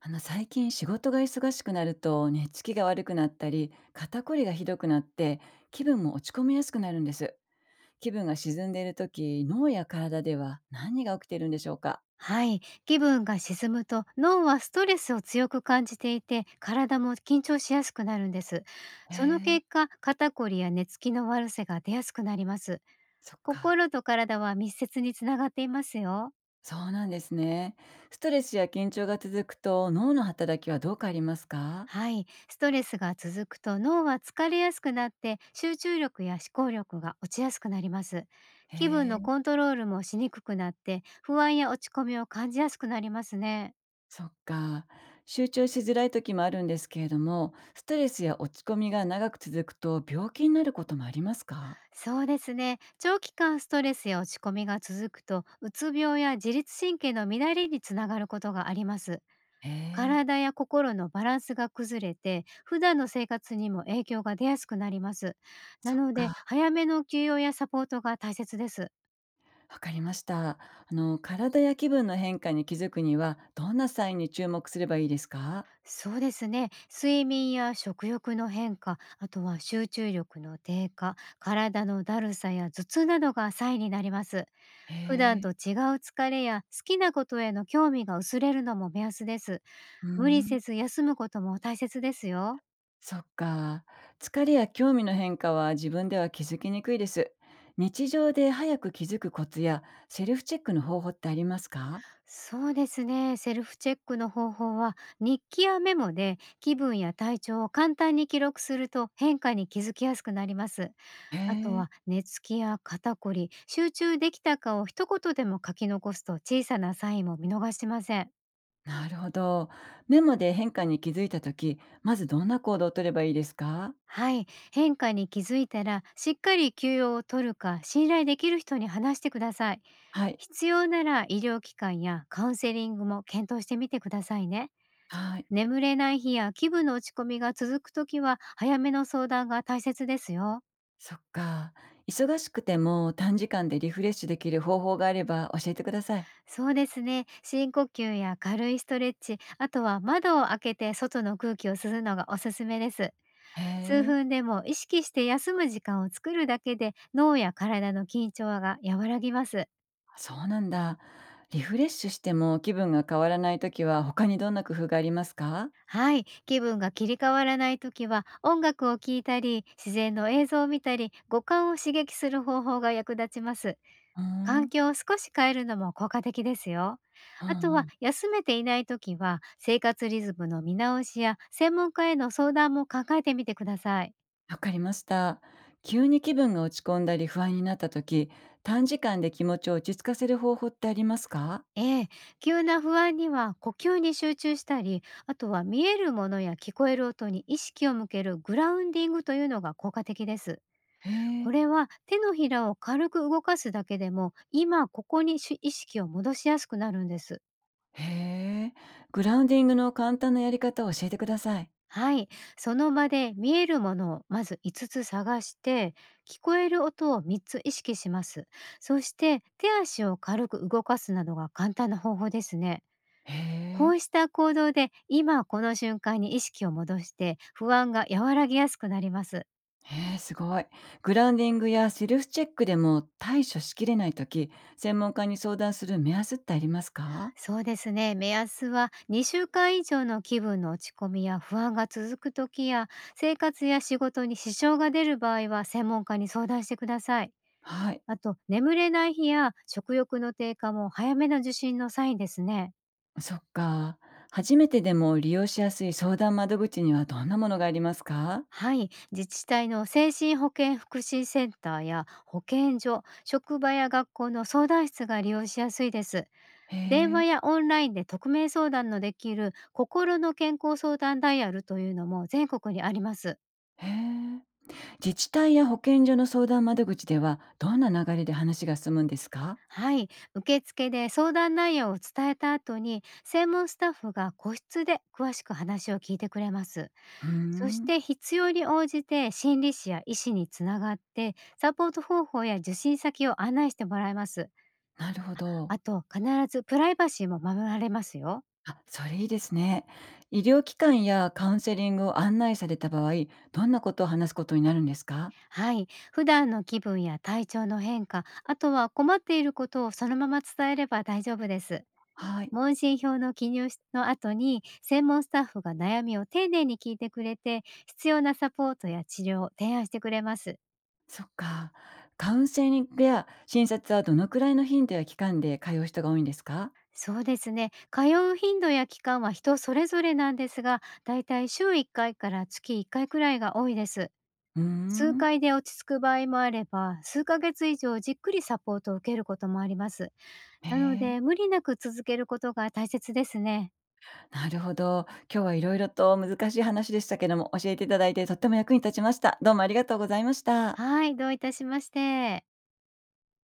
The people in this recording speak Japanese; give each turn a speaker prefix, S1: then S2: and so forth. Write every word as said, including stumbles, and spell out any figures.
S1: あの最近仕事が忙しくなると寝つきが悪くなったり肩こりがひどくなって気分も落ち込みやすくなるんです。気分が沈んでいる時、脳や体では何が起きているんでしょうか？
S2: はい、気分が沈むと脳はストレスを強く感じていて体も緊張しやすくなるんです。
S1: へ
S2: その
S1: え。
S2: 結果、肩こりや寝つきの悪さが出やすくなります。
S1: そっか。
S2: 心と体は密接につながっていますよ。
S1: そうなんですね。ストレスや緊張が続くと脳の働きはどう変わりますか？
S2: はい、ストレスが続くと脳は疲れやすくなって、集中力や思考力が落ちやすくなります。
S1: へ
S2: 気分の
S1: え。
S2: コントロールもしにくくなって、不安や落ち込みを感じやすくなりますね。
S1: そっか。集中しづらい時もあるんですけれども、ストレスや落ち込みが長く続くと病気になることもありますか？
S2: そうですね。長期間ストレスや落ち込みが続くと、うつ病や自律神経の乱れにつながることがあります。
S1: へえ。
S2: 体や心のバランスが崩れて、普段の生活にも影響が出やすくなります。な
S1: そっ
S2: ので、
S1: か。
S2: 早めの休養やサポートが大切です。
S1: わかりました。あの、体や気分の変化に気づくには、どんなサインに注目すればいいですか？
S2: そうですね。睡眠や食欲の変化、あとは集中力の低下、体のだるさや頭痛などがサインになります。
S1: へ
S2: 普段
S1: え、
S2: と違う疲れや好きなことへの興味が薄れるのも目安です。
S1: うー
S2: 無理
S1: ん、
S2: せず休むことも大切ですよ。
S1: そっか。疲れや興味の変化は自分では気づきにくいです。日常で早く気づくコツやセルフチェックの方法ってありますか？
S2: そうですね。セルフチェックの方法は、日記やメモで気分や体調を簡単に記録すると変化に気づきやすくなります。
S1: へ
S2: あと
S1: え、
S2: は寝つきや肩こり、集中できたかを一言でも書き残すと、小さなサインも見逃しません。
S1: なるほど。メモで変化に気づいたとき、まずどんな行動を取ればいいですか？
S2: はい。変化に気づいたら、しっかり休養を取るか信頼できる人に話してください。
S1: はい、
S2: 必要なら医療機関やカウンセリングも検討してみてくださいね。
S1: はい、
S2: 眠れない日や気分の落ち込みが続くときは、早めの相談が大切ですよ。
S1: そっか。忙しくても短時間でリフレッシュできる方法があれば教えてください。
S2: そうですね。深呼吸や軽いストレッチ、あとは窓を開けて外の空気を吸うのがおすすめです。
S1: へ
S2: 数
S1: え、
S2: 分でも意識して休む時間を作るだけで、脳や体の緊張が和らぎます。
S1: そうなんだ。リフレッシュしても気分が変わらないときは他にどんな工夫がありますか？
S2: はい、気分が切り替わらない時は、音楽を聴いたり自然の映像を見たり、五感を刺激する方法が役立ちます。
S1: うー
S2: 環
S1: ん、
S2: 境を少し変えるのも効果的ですよ。
S1: う
S2: あと
S1: んう
S2: は
S1: ん、
S2: 休めていない時は、生活リズムの見直しや専門家への相談も考えてみてください。
S1: わかりました。急に気分が落ち込んだり不安になったとき、短時間で気持ちを落ち着かせる方法ってありますか？
S2: ええ、急な不安には呼吸に集中したり、あとは見えるものや聞こえる音に意識を向けるグラウンディングというのが効果的です。
S1: へ
S2: こ
S1: え、
S2: れは手のひらを軽く動かすだけでも、今ここにし意識を戻しやすくなるんです。
S1: へえ、グラウンディングの簡単なやり方を教えてください。
S2: はい。その場で見えるものをまずいつつつ探して、聞こえる音をみっつ意識します。そして手足を軽く動かすなどが簡単な方法ですね。
S1: へ
S2: こ
S1: え、
S2: うした行動で今この瞬間に意識を戻して、不安が和らぎやすくなります。
S1: へえ、すごい。グラウンディングやセルフチェックでも対処しきれないとき、専門家に相談する目安ってありますか？
S2: そうですね。目安はにしゅうかん以上の気分の落ち込みや不安が続く時や、生活や仕事に支障が出る場合は、専門家に相談してください。
S1: はい。
S2: あと、眠れない日や食欲の低下も早めの受診のサインですね。
S1: そっか。初めてでも利用しやすい相談窓口にはどんなものがありますか？
S2: はい。自治体の精神保健福祉センターや保健所、職場や学校の相談室が利用しやすいです。
S1: へ
S2: 電話
S1: え。
S2: やオンラインで匿名相談のできる心の健康相談ダイヤルというのも全国にあります。
S1: へえ。自治体や保健所の相談窓口ではどんな流れで話が進むんですか？
S2: はい、受付で相談内容を伝えた後に、専門スタッフが個室で詳しく話を聞いてくれます。
S1: うー
S2: そし
S1: ん。
S2: て必要に応じて心理師や医師につながって、サポート方法や受診先を案内してもらいます。
S1: なるほど。
S2: あと、必ずプライバシーも守られますよ。
S1: あ、それいいですね。医療機関やカウンセリングを案内された場合、どんなことを話すことになるんですか？
S2: はい、普段の気分や体調の変化、あとは困っていることをそのまま伝えれば大丈夫です。
S1: はい。
S2: 問診票の記入の後に、専門スタッフが悩みを丁寧に聞いてくれて、必要なサポートや治療を提案してくれます。
S1: そっか。カウンセリングや診察はどのくらいの頻度や期間で通う人が多いんですか？
S2: そうですね。通う頻度や期間は人それぞれなんですが、だいたい週いっかいかいから月いっかいくらいが多いです。
S1: うー
S2: 数
S1: ん。
S2: 回で落ち着く場合もあれば、数ヶ月以上じっくりサポートを受けることもあります。
S1: へ
S2: なの
S1: え。
S2: で、無理なく続けることが大切ですね。
S1: なるほど。今日はいろいろと難しい話でしたけども、教えていただいてとっても役に立ちました。どうもありがとうございました。
S2: はい、どういたしまして。